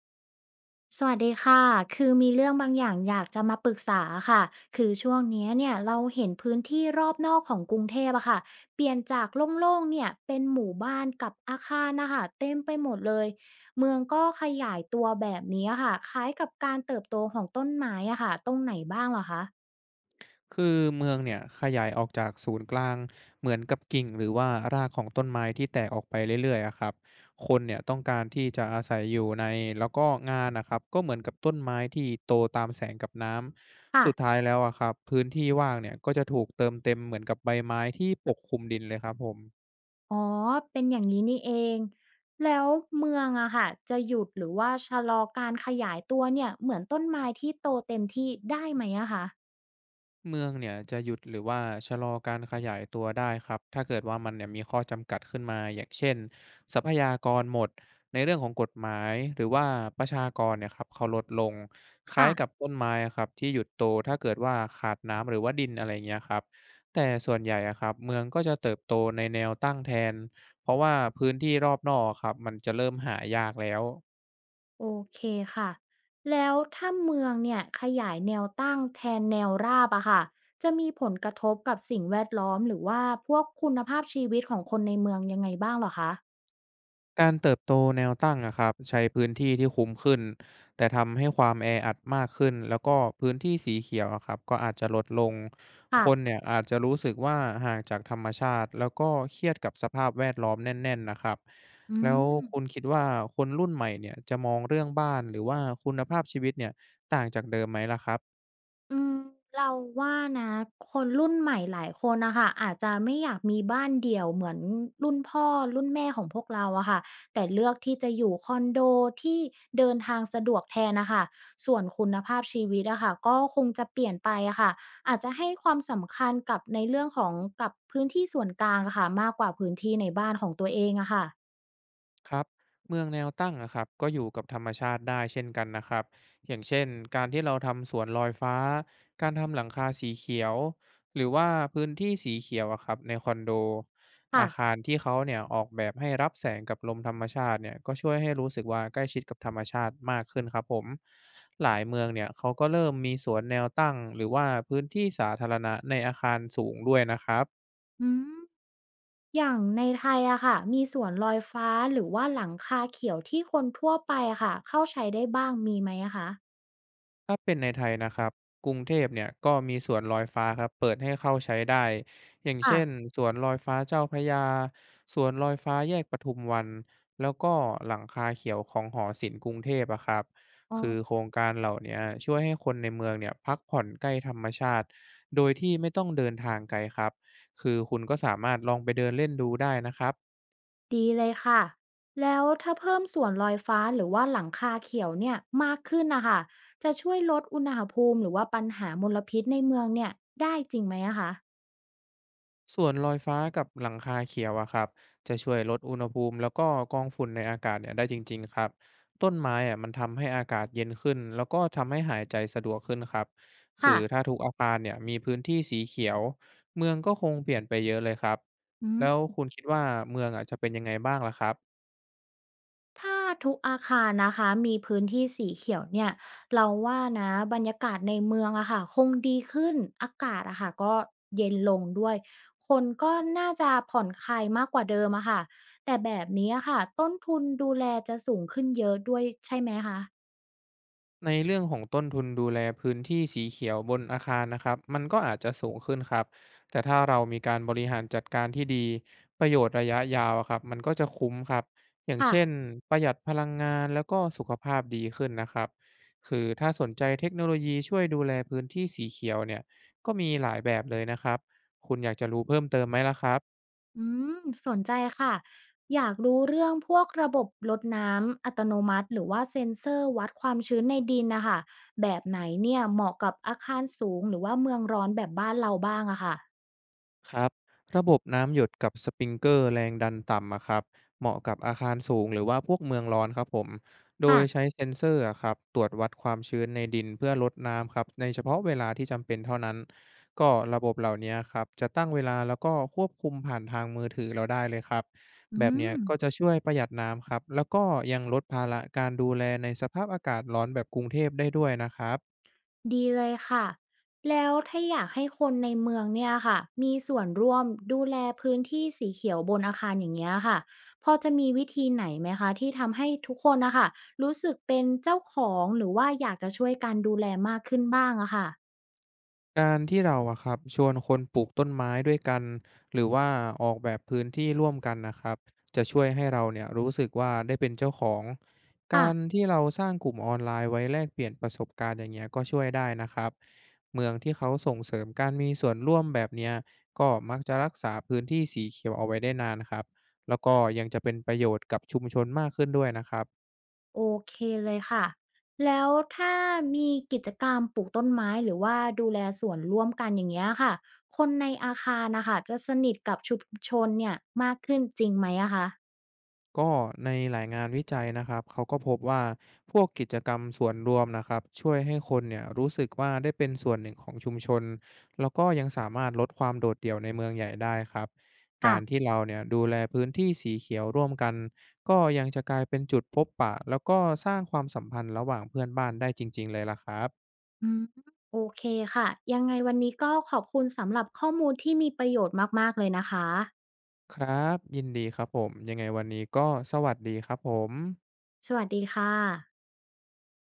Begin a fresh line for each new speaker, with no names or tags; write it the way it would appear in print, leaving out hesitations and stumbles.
สวัสดีค่ะ คือมีเรื่องบางอย่างอยากจะมาปรึกษาค่ะคือช่วงเนี่ยเราเห็นพื้นที่รอบนอกของกรุงเทพอะค่ะ เปลี่ยนจากโล่งๆเนี่ยเป็นหมู่บ้านกับอาคารนะคะเต็มไปหมดเลย เมืองก็ขยายตัวแบบนี้อะค่ะคล้ายกับการเติบโตของต้นไม้อะค่ะตรงไหนบ้างเหรอคะ
คือเมืองเนี่ยขยายออกจากศูนย์กลางเหมือนกับกิ่งหรือว่ารากของต้นไม้ที่แตกออกไปเรื่อยๆอะครับคนเนี่ยต้องการที่จะอาศัยอยู่ในแล้วก็งานนะครับก็เหมือนกับต้นไม้ที่โตตามแสงกับน้ำ
ค่ะ
สุดท้ายแล้วอะครับพื้นที่ว่างเนี่ยก็จะถูกเติมเต็มเหมือนกับใบไม้ที่ปกคลุมดินเลยครับผม
อ๋อเป็นอย่างนี้นี่เองแล้วเมืองอะค่ะจะหยุดหรือว่าชะลอการขยายตัวเนี่ยเหมือนต้นไม้ที่โตเต็มที่ได้ไหมอะคะ
เมืองเนี่ยจะหยุดหรือว่าชะลอการขยายตัวได้ครับถ้าเกิดว่ามันเนี่ยมีข้อจำกัดขึ้นมาอย่างเช่นทรัพยากรหมดในเรื่องของกฎหมายหรือว่าประชากรเนี่ยครับเขาลดลงคล้ายกับ
ค่ะ
ต้นไม้อะครับที่หยุดโตถ้าเกิดว่าขาดน้ำหรือว่าดินอะไรเงี้ยครับแต่ส่วนใหญ่อะครับเมืองก็จะเติบโตในแนวตั้งแทนเพราะว่าพื้นที่รอบนอกอะครับมันจะเริ่มหายากแล้ว
โอเคค่ะแล้วถ้าเมืองเนี่ยขยายแนวตั้งแทนแนวราบอะค่ะจะมีผลกระทบกับสิ่งแวดล้อมหรือว่าพวกคุณภาพชีวิตของคนในเมืองยังไงบ้างเหรอคะ
การเติบโตแนวตั้งนะครับใช้พื้นที่ที่คุ้มขึ้นแต่ทำให้ความแออัดมากขึ้นแล้วก็พื้นที่สีเขียวอะครับก็อาจจะลดลง
ค่ะ
คนเนี่ยอาจจะรู้สึกว่าห่างจากธรรมชาติแล้วก็เครียดกับสภาพแวดล้อมแน่นๆนะครับ
อื
แล้ว
ม
คุณคิดว่าคนรุ่นใหม่เนี่ยจะมองเรื่องบ้านหรือว่าคุณภาพชีวิตเนี่ยต่างจากเดิมไหมล่ะครับ
อืมเราว่านะคนรุ่นใหม่หลายคนนะคะอาจจะไม่อยากมีบ้านเดี่ยวเหมือนรุ่นพ่อรุ่นแม่ของพวกเราอะค่ะแต่เลือกที่จะอยู่คอนโดที่เดินทางสะดวกแทนนะคะส่วนคุณภาพชีวิตอะค่ะก็คงจะเปลี่ยนไปอะค่ะอาจจะให้ความสำคัญกับในเรื่องของกับพื้นที่ส่วนกลางอะค่ะมากกว่าพื้นที่ในบ้านของตัวเองอะค่ะ
ครับเมืองแนวตั้งอะครับก็อยู่กับธรรมชาติได้เช่นกันนะครับอย่างเช่นการที่เราทำสวนลอยฟ้าการทำหลังคาสีเขียวหรือว่าพื้นที่สีเขียวอะครับในคอนโด
ค่ะ
อาคารที่เขาเนี่ยออกแบบให้รับแสงกับลมธรรมชาติเนี่ยก็ช่วยให้รู้สึกว่าใกล้ชิดกับธรรมชาติมากขึ้นครับผมหลายเมืองเนี่ยเขาก็เริ่มมีสวนแนวตั้งหรือว่าพื้นที่สาธารณะในอาคารสูงด้วยนะครับ
อืม อย่างในไทยอะค่ะมีสวนลอยฟ้าหรือว่าหลังคาเขียวที่คนทั่วไปอะค่ะเข้าใช้ได้บ้างมีไหมอะคะ
ถ้าเป็นในไทยนะครับกรุงเทพเนี่ยก็มีสวนลอยฟ้าครับเปิดให้เข้าใช้ได้อย่าง
ค่ะ
เช่นสวนลอยฟ้าเจ้าพระยาสวนลอยฟ้าแยกปทุมวันแล้วก็หลังคาเขียวของหอศิลป์กรุงเทพอะครับ
อ๋อ
คือโครงการเหล่าเนี้ยช่วยให้คนในเมืองเนี่ยพักผ่อนใกล้ธรรมชาติโดยที่ไม่ต้องเดินทางไกลครับคือคุณก็สามารถลองไปเดินเล่นดูได้นะครับ
ดีเลยค่ะแล้วถ้าเพิ่มสวนลอยฟ้าหรือว่าหลังคาเขียวเนี่ยมากขึ้นนะค่ะจะช่วยลดอุณหภูมิหรือว่าปัญหามลพิษในเมืองเนี่ยได้จริงไหมอะคะ
ส่วนลอยฟ้ากับหลังคาเขียวอะครับจะช่วยลดอุณหภูมิแล้วก็กรองฝุ่นในอากาศเนี่ยได้จริงๆครับต้นไม้อะมันทำให้อากาศเย็นขึ้นแล้วก็ทำให้หายใจสะดวกขึ้นครับคื
ค่ะ
อถ้าทุกอาคารเนี่ยมีพื้นที่สีเขียวเมืองก็คงเปลี่ยนไปเยอะเลยครับ
อื
แล้ว
ม
คุณคิดว่าเมืองอะจะเป็นยังไงบ้างล่ะครับ
ถ้าทุกอาคารนะคะมีพื้นที่สีเขียวเนี่ยเราว่านะบรรยากาศในเมืองอะค่ะคงดีขึ้นอากาศอะค่ะก็เย็นลงด้วยคนก็น่าจะผ่อนคลายมากกว่าเดิมอะค่ะแต่แบบนี้อะค่ะต้นทุนดูแลจะสูงขึ้นเยอะด้วยใช่ไหมคะ
ในเรื่องของต้นทุนดูแลพื้นที่สีเขียวบนอาคารนะครับมันก็อาจจะสูงขึ้นครับแต่ถ้าเรามีการบริหารจัดการที่ดีประโยชน์ระยะยาวอะครับมันก็จะคุ้มครับอย่าง
ค่ะ
เช่นประหยัดพลังงานแล้วก็สุขภาพดีขึ้นนะครับคือถ้าสนใจเทคโนโลยีช่วยดูแลพื้นที่สีเขียวเนี่ยก็มีหลายแบบเลยนะครับคุณอยากจะรู้เพิ่มเติมไหมล่ะครับ
อืมสนใจค่ะอยากรู้เรื่องพวกระบบรดน้ำอัตโนมัติหรือว่าเซ็นเซอร์วัดความชื้นในดินนะคะแบบไหนเนี่ยเหมาะกับอาคารสูงหรือว่าเมืองร้อนแบบบ้านเราบ้างอะค่ะ
ครับระบบน้ำหยดกับสปริงเกอร์แรงดันต่ำอะครับเหมาะกับอาคารสูงหรือว่าพวกเมืองร้อนครับผมโดยใช้
ค่ะ
เซ็นเซอร์อะครับตรวจวัดความชื้นในดินเพื่อลดน้ำครับในเฉพาะเวลาที่จำเป็นเท่านั้นก็ระบบเหล่านี้ครับจะตั้งเวลาแล้วก็ควบคุมผ่านทางมือถือเราได้เลยครับ
อื
แบบเนี้
ม
ยก็จะช่วยประหยัดน้ำครับแล้วก็ยังลดภาระการดูแลในสภาพอากาศร้อนแบบกรุงเทพได้ด้วยนะครับ
ดีเลยค่ะแล้วถ้าอยากให้คนในเมืองเนี่ยค่ะมีส่วนร่วมดูแลพื้นที่สีเขียวบนอาคารอย่างเงี้ยค่ะพอจะมีวิธีไหนไหมคะที่ทำให้ทุกคนนะคะรู้สึกเป็นเจ้าของหรือว่าอยากจะช่วยกันดูแลมากขึ้นบ้างอะค่ะ
การที่เราอะครับชวนคนปลูกต้นไม้ด้วยกันหรือว่าออกแบบพื้นที่ร่วมกันนะครับจะช่วยให้เราเนี่ยรู้สึกว่าได้เป็นเจ้าของ
ค่ะ
การที่เราสร้างกลุ่มออนไลน์ไว้แลกเปลี่ยนประสบการณ์อย่างเงี้ยก็ช่วยได้นะครับเมืองที่เขาส่งเสริมการมีส่วนร่วมแบบเนี้ยก็มักจะรักษาพื้นที่สีเขียวเอาไว้ได้นานครับแล้วก็ยังจะเป็นประโยชน์กับชุมชนมากขึ้นด้วยนะครับ
โอเคเลยค่ะแล้วถ้ามีกิจกรรมปลูกต้นไม้หรือว่าดูแลสวนร่วมกันอย่างเงี้ยค่ะคนในอาคารนะคะจะสนิทกับชุมชนเนี่ยมากขึ้นจริงไหมอะคะ
ก็ในหลายงานวิจัยนะครับเขาก็พบว่าพวกกิจกรรมส่วนรวมนะครับช่วยให้คนเนี่ยรู้สึกว่าได้เป็นส่วนหนึ่งของชุมชนแล้วก็ยังสามารถลดความโดดเดี่ยวในเมืองใหญ่ได้ครับ
ค่ะ
การที่เราเนี่ยดูแลพื้นที่สีเขียวร่วมกันก็ยังจะกลายเป็นจุดพบปะแล้วก็สร้างความสัมพันธ์ระหว่างเพื่อนบ้านได้จริงๆเลยล่ะครับ
อืมโอเคค่ะยังไงวันนี้ก็ขอบคุณสำหรับข้อมูลที่มีประโยชน์มากๆเลยนะคะ
ครับยินดีครับผมยังไงวันนี้ก็สวัสดีครับผม
สวัสดีค่ะ